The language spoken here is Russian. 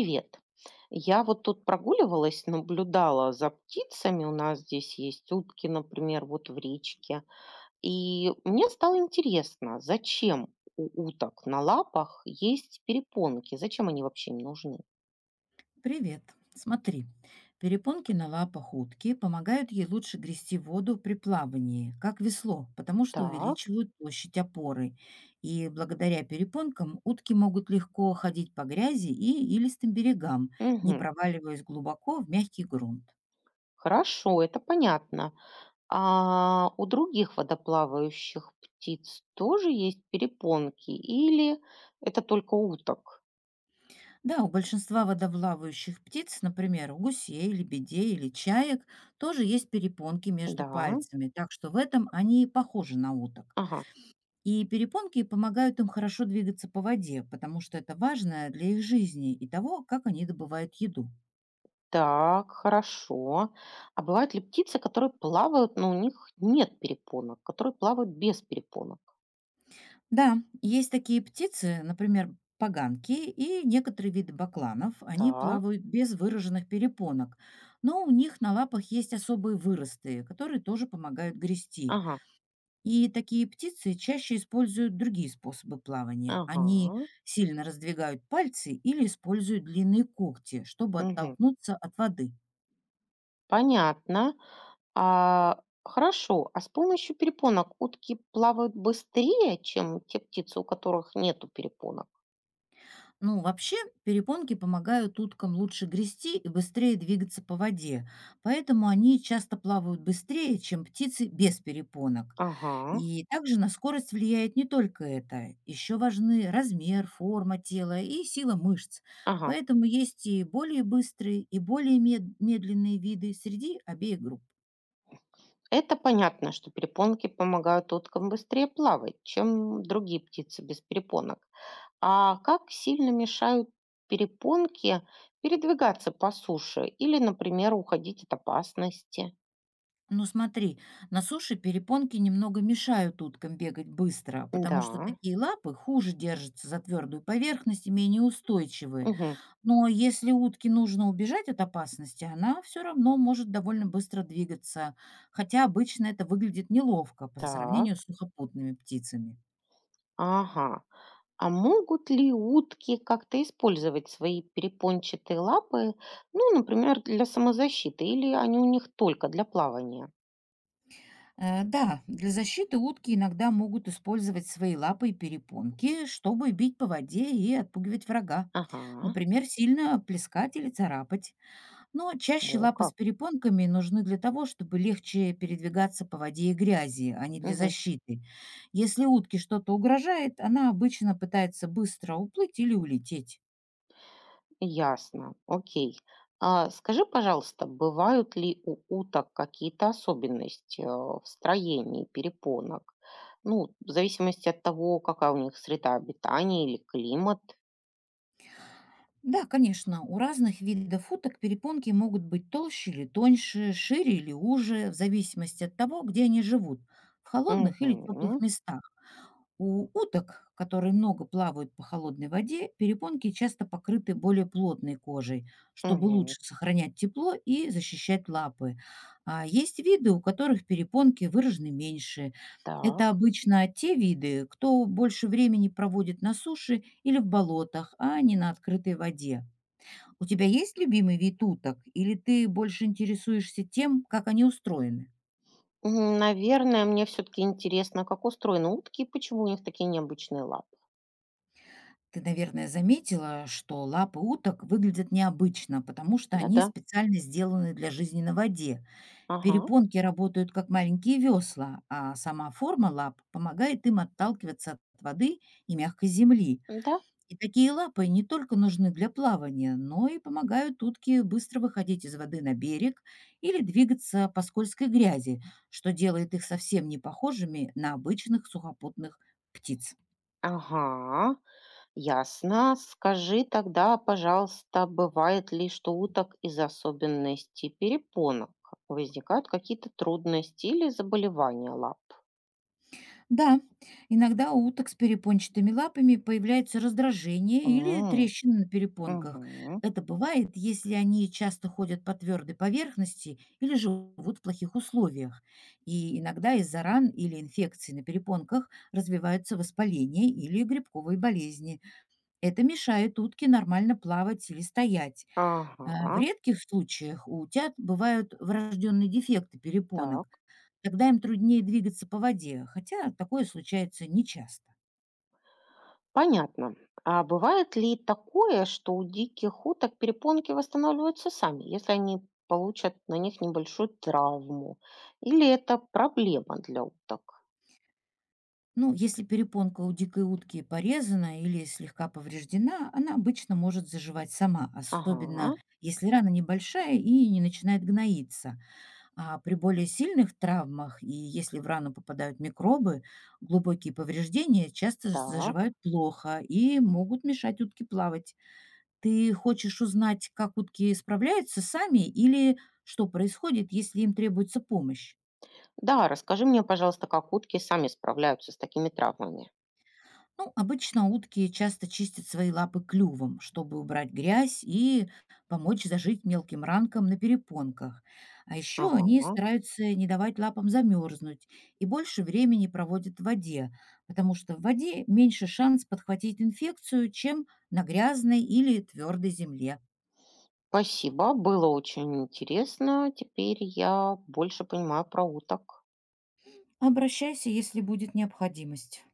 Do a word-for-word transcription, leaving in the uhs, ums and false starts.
Привет. Я вот тут прогуливалась, наблюдала за птицами. У нас здесь есть утки, например, вот в речке. И мне стало интересно, зачем у уток на лапах есть перепонки? Зачем они вообще им нужны? Привет. Смотри, перепонки на лапах утки помогают ей лучше грести воду при плавании, как весло, потому что Так, увеличивают площадь опоры. И благодаря перепонкам утки могут легко ходить по грязи и илистым берегам, не мгм. проваливаясь глубоко в мягкий грунт. Хорошо, это понятно. А у других водоплавающих птиц тоже есть перепонки? Или это только у уток? Да, у большинства водоплавающих птиц, например, у гусей, лебедей или чаек, тоже есть перепонки между Да, пальцами, так что в этом они похожи на уток. ага. И перепонки помогают им хорошо двигаться по воде, потому что это важно для их жизни и того, как они добывают еду. Так, хорошо. А бывают ли птицы, которые плавают, но у них нет перепонок, которые плавают без перепонок? Да, есть такие птицы, например, поганки и некоторые виды бакланов. Они Так, плавают без выраженных перепонок, но у них на лапах есть особые выросты, которые тоже помогают грести. ага, И такие птицы чаще используют другие способы плавания. ага, Они сильно раздвигают пальцы или используют длинные когти, чтобы мгм. оттолкнуться от воды. Понятно. А, хорошо. А с помощью перепонок утки плавают быстрее, чем те птицы, у которых нету перепонок? Ну, вообще, перепонки помогают уткам лучше грести и быстрее двигаться по воде, поэтому они часто плавают быстрее, чем птицы без перепонок. Ага, И также на скорость влияет не только это. Еще важны размер, форма тела и сила мышц. ага. Поэтому есть и более быстрые, и более мед- медленные виды среди обеих групп. Это понятно, что перепонки помогают уткам быстрее плавать, чем другие птицы без перепонок. А как сильно мешают перепонки передвигаться по суше или, например, уходить от опасности? Ну смотри, на суше перепонки немного мешают уткам бегать быстро, потому Да, что такие лапы хуже держатся за твердую поверхность и менее устойчивые. мгм, Но если утке нужно убежать от опасности, она все равно может довольно быстро двигаться, хотя обычно это выглядит неловко по так, сравнению с сухопутными птицами. ага. А могут ли утки как-то использовать свои перепончатые лапы, ну, например, для самозащиты, или они у них только для плавания? Э, Да, для защиты утки иногда могут использовать свои лапы и перепонки, чтобы бить по воде и отпугивать врага. Ага, Например, сильно плескать или царапать. Но чаще о лапы с как. перепонками нужны для того, чтобы легче передвигаться по воде и грязи, а не для Мгм. защиты. Если утке что-то угрожает, она обычно пытается быстро уплыть или улететь. Ясно, окей. А скажи, пожалуйста, бывают ли у уток какие-то особенности э, в строении перепонок? Ну, в зависимости от того, какая у них среда обитания или климат. Да, конечно, у разных видов уток перепонки могут быть толще или тоньше, шире или уже, в зависимости от того, где они живут, в холодных или теплых Угу, местах. У уток, которые много плавают по холодной воде, перепонки часто покрыты более плотной кожей, чтобы угу, лучше сохранять тепло и защищать лапы. А есть виды, у которых перепонки выражены меньше. так. Это обычно те виды, кто больше времени проводит на суше или в болотах, а не на открытой воде. У тебя есть любимый вид уток, или ты больше интересуешься тем, как они устроены? М, наверное, мне все-таки интересно, как устроены утки и почему у них такие необычные лапы. Ты, наверное, заметила, что лапы уток выглядят необычно, потому что они Да-да, специально сделаны для жизни на воде. ага, Перепонки работают как маленькие весла, а сама форма лап помогает им отталкиваться от воды и мягкой земли. да, И такие лапы не только нужны для плавания, но и помогают утке быстро выходить из воды на берег или двигаться по скользкой грязи, что делает их совсем не похожими на обычных сухопутных птиц. ага. Ясно. Скажи тогда, пожалуйста, бывает ли, что уток из-за особенностей перепонок возникают какие-то трудности или заболевания лап? Да, иногда у уток с перепончатыми лапами появляется раздражение или М, трещины на перепонках. мгм. Это бывает, если они часто ходят по твердой поверхности или живут в плохих условиях. И иногда из-за ран или инфекций на перепонках развиваются воспаления или грибковые болезни. Это мешает утке нормально плавать или стоять. Э, в Ага, редких случаях у утят бывают врожденные дефекты перепонок. так. Тогда им труднее двигаться по воде, хотя такое случается нечасто. Понятно. А бывает ли такое, что у диких уток перепонки восстанавливаются сами, если они получат на них небольшую травму? Или это проблема для уток? Ну, если перепонка у дикой утки порезана или слегка повреждена, она обычно может заживать сама, Ага, особенно если рана небольшая и не начинает гноиться. А при более сильных травмах и если в рану попадают микробы, глубокие повреждения часто так. заживают плохо и могут мешать утке плавать. Ты хочешь узнать, как утки справляются сами или что происходит, если им требуется помощь? Да, расскажи мне, пожалуйста, как утки сами справляются с такими травмами. Ну, обычно утки часто чистят свои лапы клювом, чтобы убрать грязь и помочь зажить мелким ранкам на перепонках. А еще они Ага. стараются не давать лапам замерзнуть и больше времени проводят в воде, потому что в воде меньше шанс подхватить инфекцию, чем на грязной или твердой земле. Спасибо, было очень интересно. Теперь я больше понимаю про уток. Обращайся, если будет необходимость.